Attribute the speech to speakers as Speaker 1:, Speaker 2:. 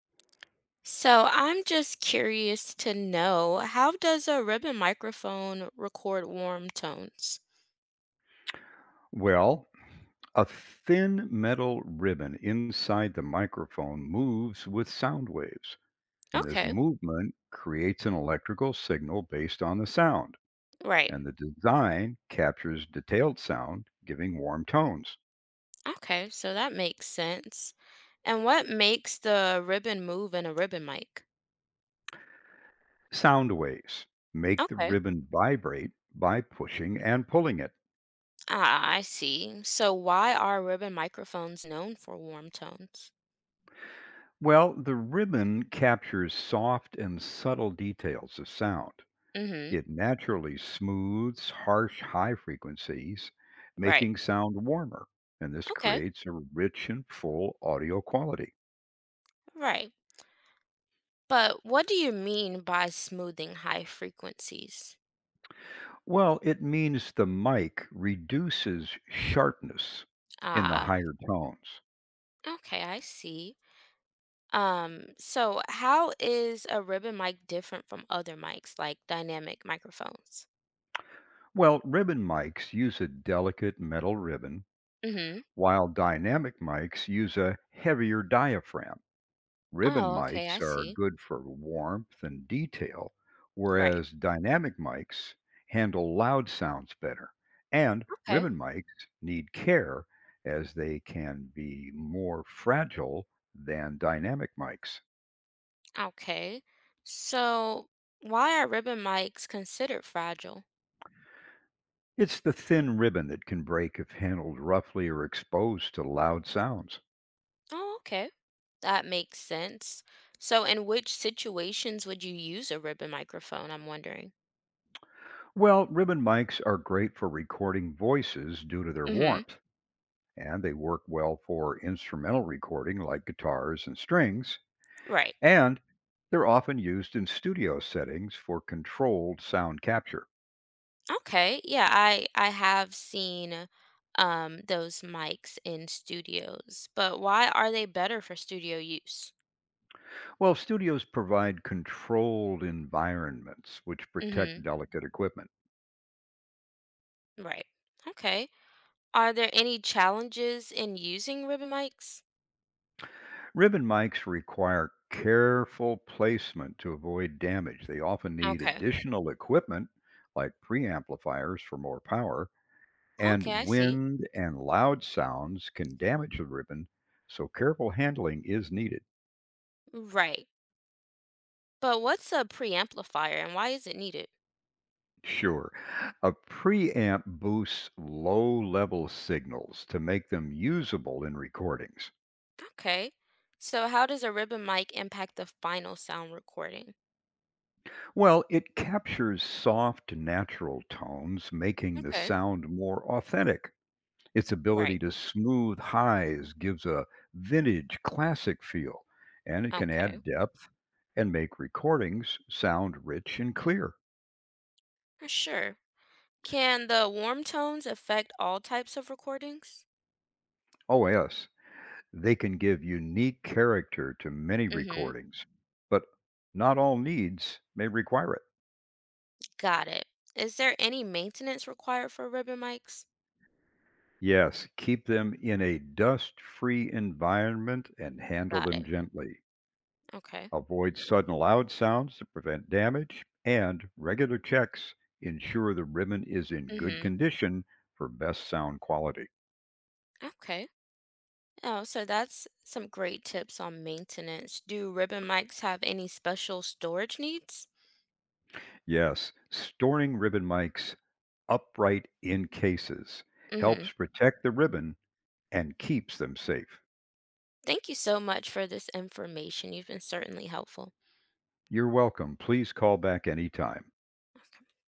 Speaker 1: So I'm just curious to know how does a ribbon microphone record warm tones?
Speaker 2: Well, a thin metal ribbon inside the microphone moves with sound waves, and this
Speaker 1: Okay,
Speaker 2: movement creates an electrical signal based on the sound.
Speaker 1: right.
Speaker 2: And the design captures detailed sound, giving warm tones.
Speaker 1: Okay, so that makes sense. And what makes the ribbon move in a ribbon mic?
Speaker 2: Sound waves make the
Speaker 1: Okay.
Speaker 2: ribbon vibrate by pushing and pulling it.
Speaker 1: Ah, I see. So why are ribbon microphones known for warm tones?
Speaker 2: Well, the ribbon captures soft and subtle details of sound.
Speaker 1: Mm-hmm.
Speaker 2: It naturally smooths harsh high frequencies,
Speaker 1: Right.
Speaker 2: making sound warmer, and this
Speaker 1: Okay.
Speaker 2: creates a rich and full audio quality.
Speaker 1: Right. But what do you mean by smoothing high frequencies?
Speaker 2: Well, it means the mic reduces sharpness in the
Speaker 1: Ah,
Speaker 2: higher tones.
Speaker 1: okay, I see. So how is a ribbon mic different from other mics like dynamic microphones?
Speaker 2: Well, ribbon mics use a delicate metal ribbon,
Speaker 1: Mm-hmm.
Speaker 2: while dynamic mics use a heavier diaphragm. Ribbon
Speaker 1: Oh, okay, I
Speaker 2: mics are
Speaker 1: see.
Speaker 2: good for warmth and detail,
Speaker 1: Right.
Speaker 2: whereas dynamic mics handle loud sounds better. And
Speaker 1: Okay.
Speaker 2: ribbon mics need care as they can be more fragile than dynamic mics.
Speaker 1: Okay. So why are ribbon mics considered fragile?
Speaker 2: It's the thin ribbon that can break if handled roughly or exposed to loud sounds.
Speaker 1: Oh, okay. That makes sense. So in which situations would you use a ribbon microphone, I'm wondering?
Speaker 2: Well, ribbon mics are great for recording voices due to their
Speaker 1: Mm-hmm.
Speaker 2: warmth, and they work well for instrumental recording like guitars and strings.
Speaker 1: Right.
Speaker 2: And they're often used in studio settings for controlled sound capture.
Speaker 1: Okay. Yeah, I have seen those mics in studios, but why are they better for studio use?
Speaker 2: Well, studios provide controlled environments which protect
Speaker 1: Mhm.
Speaker 2: delicate equipment.
Speaker 1: Right. Okay. Are there any challenges in using ribbon mics?
Speaker 2: Ribbon mics require careful placement to avoid damage. They often need
Speaker 1: Okay.
Speaker 2: additional equipment like preamplifiers for more power, and
Speaker 1: Okay, I see.
Speaker 2: wind and loud sounds can damage the ribbon, so careful handling is needed.
Speaker 1: Right. But what's a preamplifier and why is it needed?
Speaker 2: Sure. A preamp boosts low level signals to make them usable in recordings.
Speaker 1: Okay. So how does a ribbon mic impact the final sound recording?
Speaker 2: Well, it captures soft, natural tones, making the
Speaker 1: Okay.
Speaker 2: sound more authentic. Its
Speaker 1: Right.
Speaker 2: ability to smooth highs gives a vintage, classic feel, and it can
Speaker 1: Okay.
Speaker 2: add depth and make recordings sound rich and clear.
Speaker 1: Sure. Can the warm tones affect all types of recordings?
Speaker 2: OS. They can give unique character to many
Speaker 1: Mm-hmm.
Speaker 2: recordings, but not all needs may require it.
Speaker 1: Got it. Is there any maintenance required for ribbon mics?
Speaker 2: Yes, keep them in a dust free environment and handle
Speaker 1: Got
Speaker 2: them
Speaker 1: it.
Speaker 2: gently.
Speaker 1: Okay.
Speaker 2: Avoid sudden loud sounds to prevent damage, and regular checks ensure the ribbon is in good
Speaker 1: Mm-hmm.
Speaker 2: condition for best sound quality.
Speaker 1: Okay. Oh, so that's some great tips on maintenance. Do ribbon mics have any special storage needs?
Speaker 2: Yes, storing ribbon mics upright in cases
Speaker 1: Mm-hmm.
Speaker 2: helps protect the ribbon and keeps them safe.
Speaker 1: Thank you so much for this information. You've been certainly helpful.
Speaker 2: You're welcome. Please call back anytime.
Speaker 1: Okay.